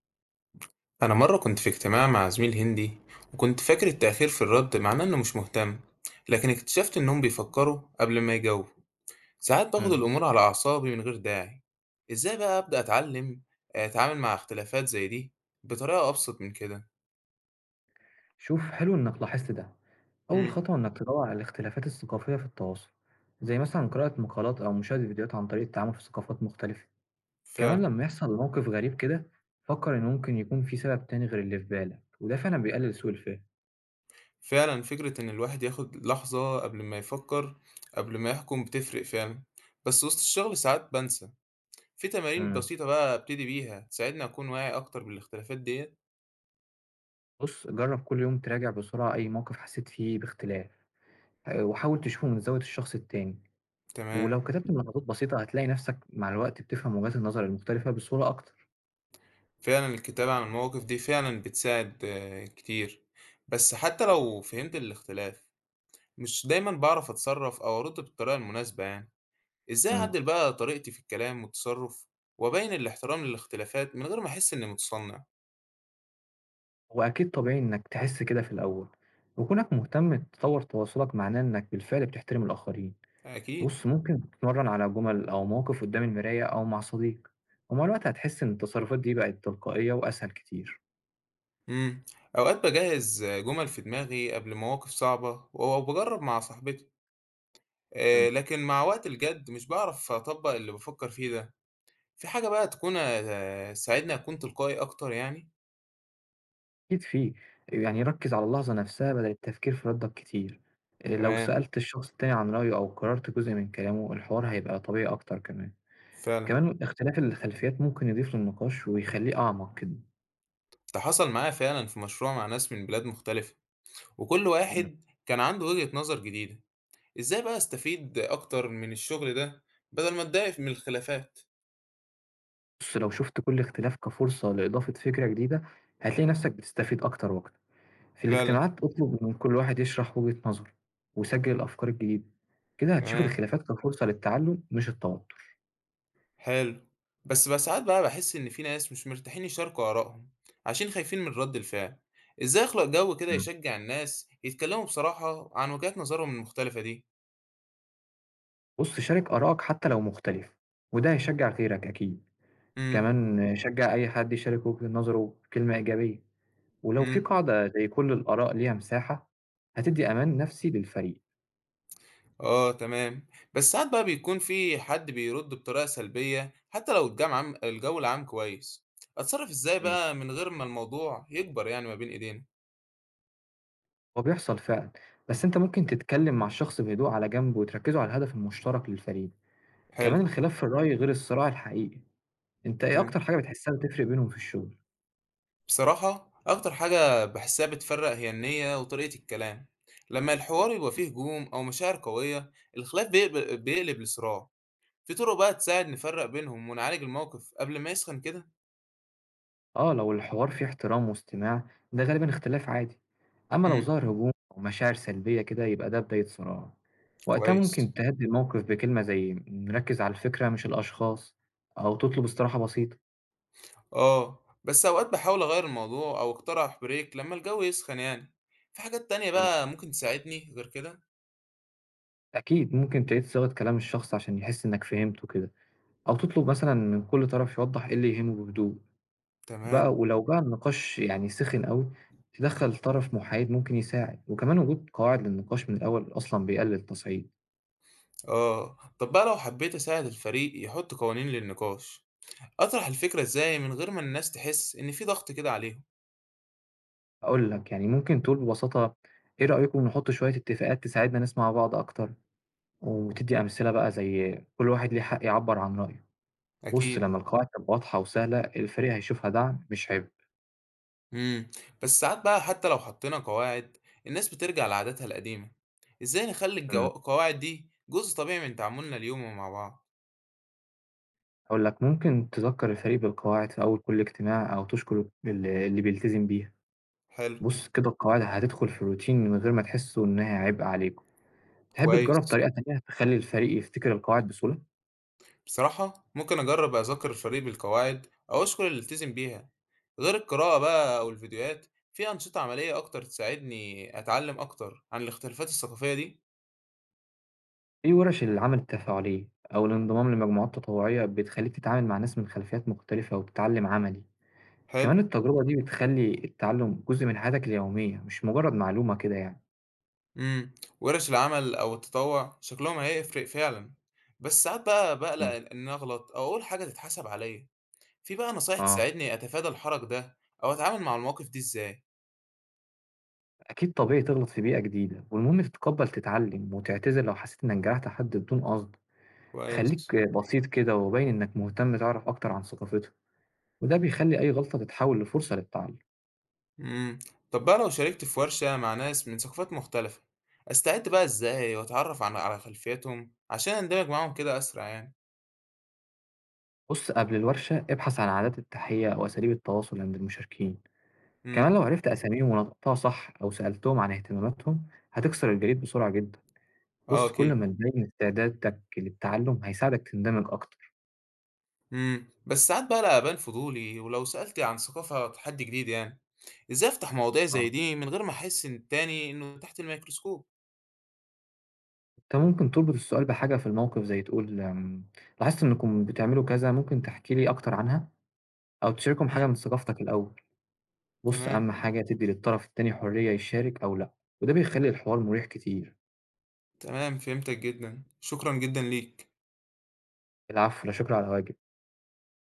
أنا مرة كنت في اجتماع مع زميل هندي، وكنت فاكر التأخير في الرد معناه إنه مش مهتم، لكن اكتشفت إنهم بيفكروا قبل ما يجاوبوا. ساعات باخد إمم. الأمور على أعصابي من غير داعي. إزاي بقى أبدأ أتعلم أتعامل مع اختلافات زي دي بطريقة أبسط من كده؟ شوف حلو إنّك لاحظت ده. أول امم. خطوة إنّك تدوّر على الاختلافات الثقافية في التواصل، زي مثلًا قراءة مقالات أو مشاهدة فيديوهات عن طريق التعامل في ثقافات مختلفة. كمان فعلا. لمّا يحصل موقف غريب كده، فكّر إن ممكن يكون في سبب تاني غير اللي في بالك، وده فعلًا بيقلل سوء الفهم. فعلا، فكرة إن الواحد ياخد لحظة قبل ما يفكر، قبل ما يحكم بتفرق فعلا. بس وسط الشغل ساعات بنسى. في تمارين إمم. بسيطة بقى أبتدي بيها تساعدني أكون واعي أكتر بالاختلافات ديت؟ بُص، جرّب كل يوم تراجع بسرعة أي موقف حسّيت فيه باختلاف، وحاول تشوفه من زاوية الشخص التاني، تمام. ولو كتبت ملاحظات بسيطة هتلاقي نَفْسك مع الوقت بتفهم وجهات النظر المختلفة بصورة أكتر. فعلًا الكتابة عن المواقف دي فعلًا بتساعد كتير. بس حتى لو فهمت الاختلاف، مش دايمًا باعرف أتصرف أو أرد بالطريقة المناسبة يعني، إزاي إمم. أعدل بقى طريقتي في الكلام والتصرف وأبين الاحترام للاختلافات من غير ما أحس إني متصنع؟ هو أكيد طبيعي إنك تحس كده في الأول، وكونك مهتم تطور تواصلك معناه إنك بالفعل بتحترم الآخرين، أكيد. بص ممكن تتمرن على جمل أو مواقف قدام المراية أو مع صديق، ومع الوقت هتحس إن التصرفات دي بقت تلقائية وأسهل كتير. إمم، أوقات باجهز جمل في دماغي قبل مواقف صعبة أو باجرب مع صاحبتي. مم. لكن مع وقت الجد مش باعرف أطبق اللي بافكر فيه ده. في حاجة بقى تكون تساعدني أكون تلقائي أكتر يعني؟ أكيد فيه، يعني ركز على اللحظة نفسها بدل التفكير في ردك كتير، إيه، لو تمام. سألت الشخص التاني عن رأيه أو قررت جزء من كلامه الحوار هيبقى طبيعي أكتر كمان، فعلًا. كمان اختلاف الخلفيات ممكن يضيف للنقاش ويخليه أعمق كده. ده حصل معايا فعلا في مشروع مع ناس من بلاد مختلفة، وكل مم. واحد كان عنده وجهة نظر جديدة. ازاي بقى استفيد اكتر من الشغل ده بدل ما اتضايق من الخلافات؟ بُص، لو شُفت كل اختلاف كفرصة لإضافة فكرة جديدة، هتلاقي نفسك بتستفيد أكتر وأكتر. في فعلا. الاجتماعات اطلب من كل واحد يشرح وجهة نظره، وسجل الأفكار الجديدة. كده هتشوف تمام. الخلافات كفرصة للتعلم مش التوتر. حلو. بس بقى ساعات بقى بحس ان في ناس مش مرتاحين يشاركوا آرائهم عشان خايفين من رد الفعل. ازاي اخلق جو كده إمم. يشجع الناس يتكلموا بصراحة عن وجهات نظرهم المختلفة دي؟ بُص، شارك آرائك حتى لو مختلفة، وده هيشجع غيرك أكيد. كمان شجّع أي حد يشارك وجهة نظره بكلمة إيجابية، ولو في امم. قاعدة زي كل الآراء ليها مساحة، هتدّي أمان نفسي للفريق. آه، تمام. بس ساعات بقى بيكون في حد بيرد بطريقة سلبية حتى لو الجو العام كويس. أتصرف إزاي إمم. بقى من غير ما الموضوع يكبر يعني ما بين إيدينا؟ هو بيحصل فعلا، بس انت ممكن تتكلم مع الشخص بهدوء على جنب وتركزوا على الهدف المشترك للفريق. حلو. كمان الخلاف في الرأي غير الصراع الحقيقي. انت ايه تمام. اكتر حاجة بتحسها بتفرق بينهم في الشغل؟ بصراحة أكتر حاجة بحسها بتفرق هي النية وطريقة الكلام. لما الحوار يبقى فيه هجوم أو مشاعر قوية الخلاف بيقلب لصراع. في طرق بقى تساعد نفرق بينهم ونعالج الموقف قبل ما يسخن كده؟ اه، لو الحوار فيه احترام واستماع ده غالبا اختلاف عادي، اما لو امم. ظهر هجوم او مشاعر سلبية كده يبقى ده بداية صراع. وقتها كويس. ممكن تهدي الموقف بكلمة زي نركز على الفكرة مش الاشخاص، او تطلب استراحة بسيطة. بس أوقات باحاول أغيّر الموضوع أو أقترح break لمّا الجو يسخن يعني. في حاجات تانية م. بقى ممكن تساعدني غير كده؟ اكيد ممكن تعيد صياغة كلام الشخص عشان يحس انك فهمته كده، أو تطلب مثلًا من كل طرف يوضّح إيه اللي يهمه بهدوء، بقى تمام. ولو بقى النقاش يعني سِخِن أوي، تدخّل طرف محايد ممكن يساعد، وكمان وجود قواعد للنقاش من الأول أصلًا بيقلل التصعيد. طب بقى لو حبيت أساعد الفريق يحط قوانين للنقاش، أطرح الفكرة إزاي من غير ما الناس تحس إن في ضغط كده عليهم؟ هاقول لك، يعني ممكن تقول ببساطة إيه رأيكم نحط شوية اتفاقات تساعدنا نسمع بعض أكتر، وتدّي أمثلة بقى زي كل واحد ليه حق يعبّر عن رأيه. بُص أكيد. لمّا القواعد تبقى واضحة وسهلة الفريق هيشوفها دعم مش عبء. إمم، بس ساعات بقى حتى لو حطينا قواعد الناس بترجع لعاداتها القديمة. إزاي نخلّي الجو إمم، القواعد دي جزء طبيعي من تعاملنا اليومي مع بعض؟ هاقول لك ممكن تذكّر الفريق بالقواعد في أول كل اجتماع أو تشكر اللي بيلتزم بيها. حلو. بُص كده القواعد هتدخل في الroutine من غير ما تحسوا إنها عبء عليكم. تحب تجرب كويس. طريقة تانية تخلّي الفريق يفتكر القواعد بسهولة؟ بصراحة ممكن أجرب أذاكر الفريق بالقواعد أو أشكر اللي التزم بيها. غير القراءة بقى أو الفيديوهات، في أنشطة عملية أكتر تساعدني أتعلم أكتر عن الاختلافات الثقافية دي؟ في ورش العمل التفاعلية أو الانضمام لمجموعات تطوعية بتخلّيك تتعامل مع ناس من خلفيات مختلفة وتتعلم عملي، حلو. كمان التجربة دي بتخلّي التعلم جزء من حياتك اليومية مش مجرد معلومة كده يعني. امم. ورش العمل أو التطوع شكلهم هيفرق فعلا. بس ساعات بقى بقلق إمم. إن أنا أغلط أو أقول حاجة تتحسب عليا. في بقى نصايح آه، تساعدني أتفادى الحرج ده أو أتعامل مع المواقف دي إزاي؟ أكيد طبيعي تغلط في بيئة جديدة والمهم تتقبّل تتعلم وتعتذر لو حسيت إنك جرحت حد بدون قصد. خلّيك كويس. بسيط كده وباين إنك مهتم تعرف أكتر عن ثقافته. وده بيخلي أي غلطة تتحول لفرصة للتعلم. امم. طب بقى لو شاركت في ورشة مع ناس من ثقافات مختلفة، استعد بقى ازاي واتعرف على خلفيتهم عشان اندمج معاهم كده اسرع يعني؟ بص قبل الورشة ابحث عن عادات التحية أو أساليب التواصل عند المشاركين. امم. كمان لو عرفت أساميهم ونطقتها صح أو سألتهم عن اهتماماتهم هتكسر الجليد بسرعة جدا. اه بص كل اكيد. ما تبين استعدادك للتعلم هيساعدك تندمج أكتر. امم. بس ساعات بقى لا ابان فضولي ولو سألت عن ثقافة تحدي جديد يعني، ازاي افتح مواضيع زي آه. دي من غير ما احس ان التاني انه تحت الميكروسكوب؟ أنت ممكن تربط السؤال بحاجة في الموقف زي تقول، لاحظت إنكم بتعملوا كذا ممكن تحكي لي أكتر عنها، أو تشاركهم حاجة امم. من ثقافتك الأول. بص تمام. أهم حاجة تدي للطرف التاني حرية يشارك أو لأ، وده بيخلي الحوار مريح كتير. تمام فهمتك جدا، شكرا جدا ليك. العفو، لا شكر على واجب.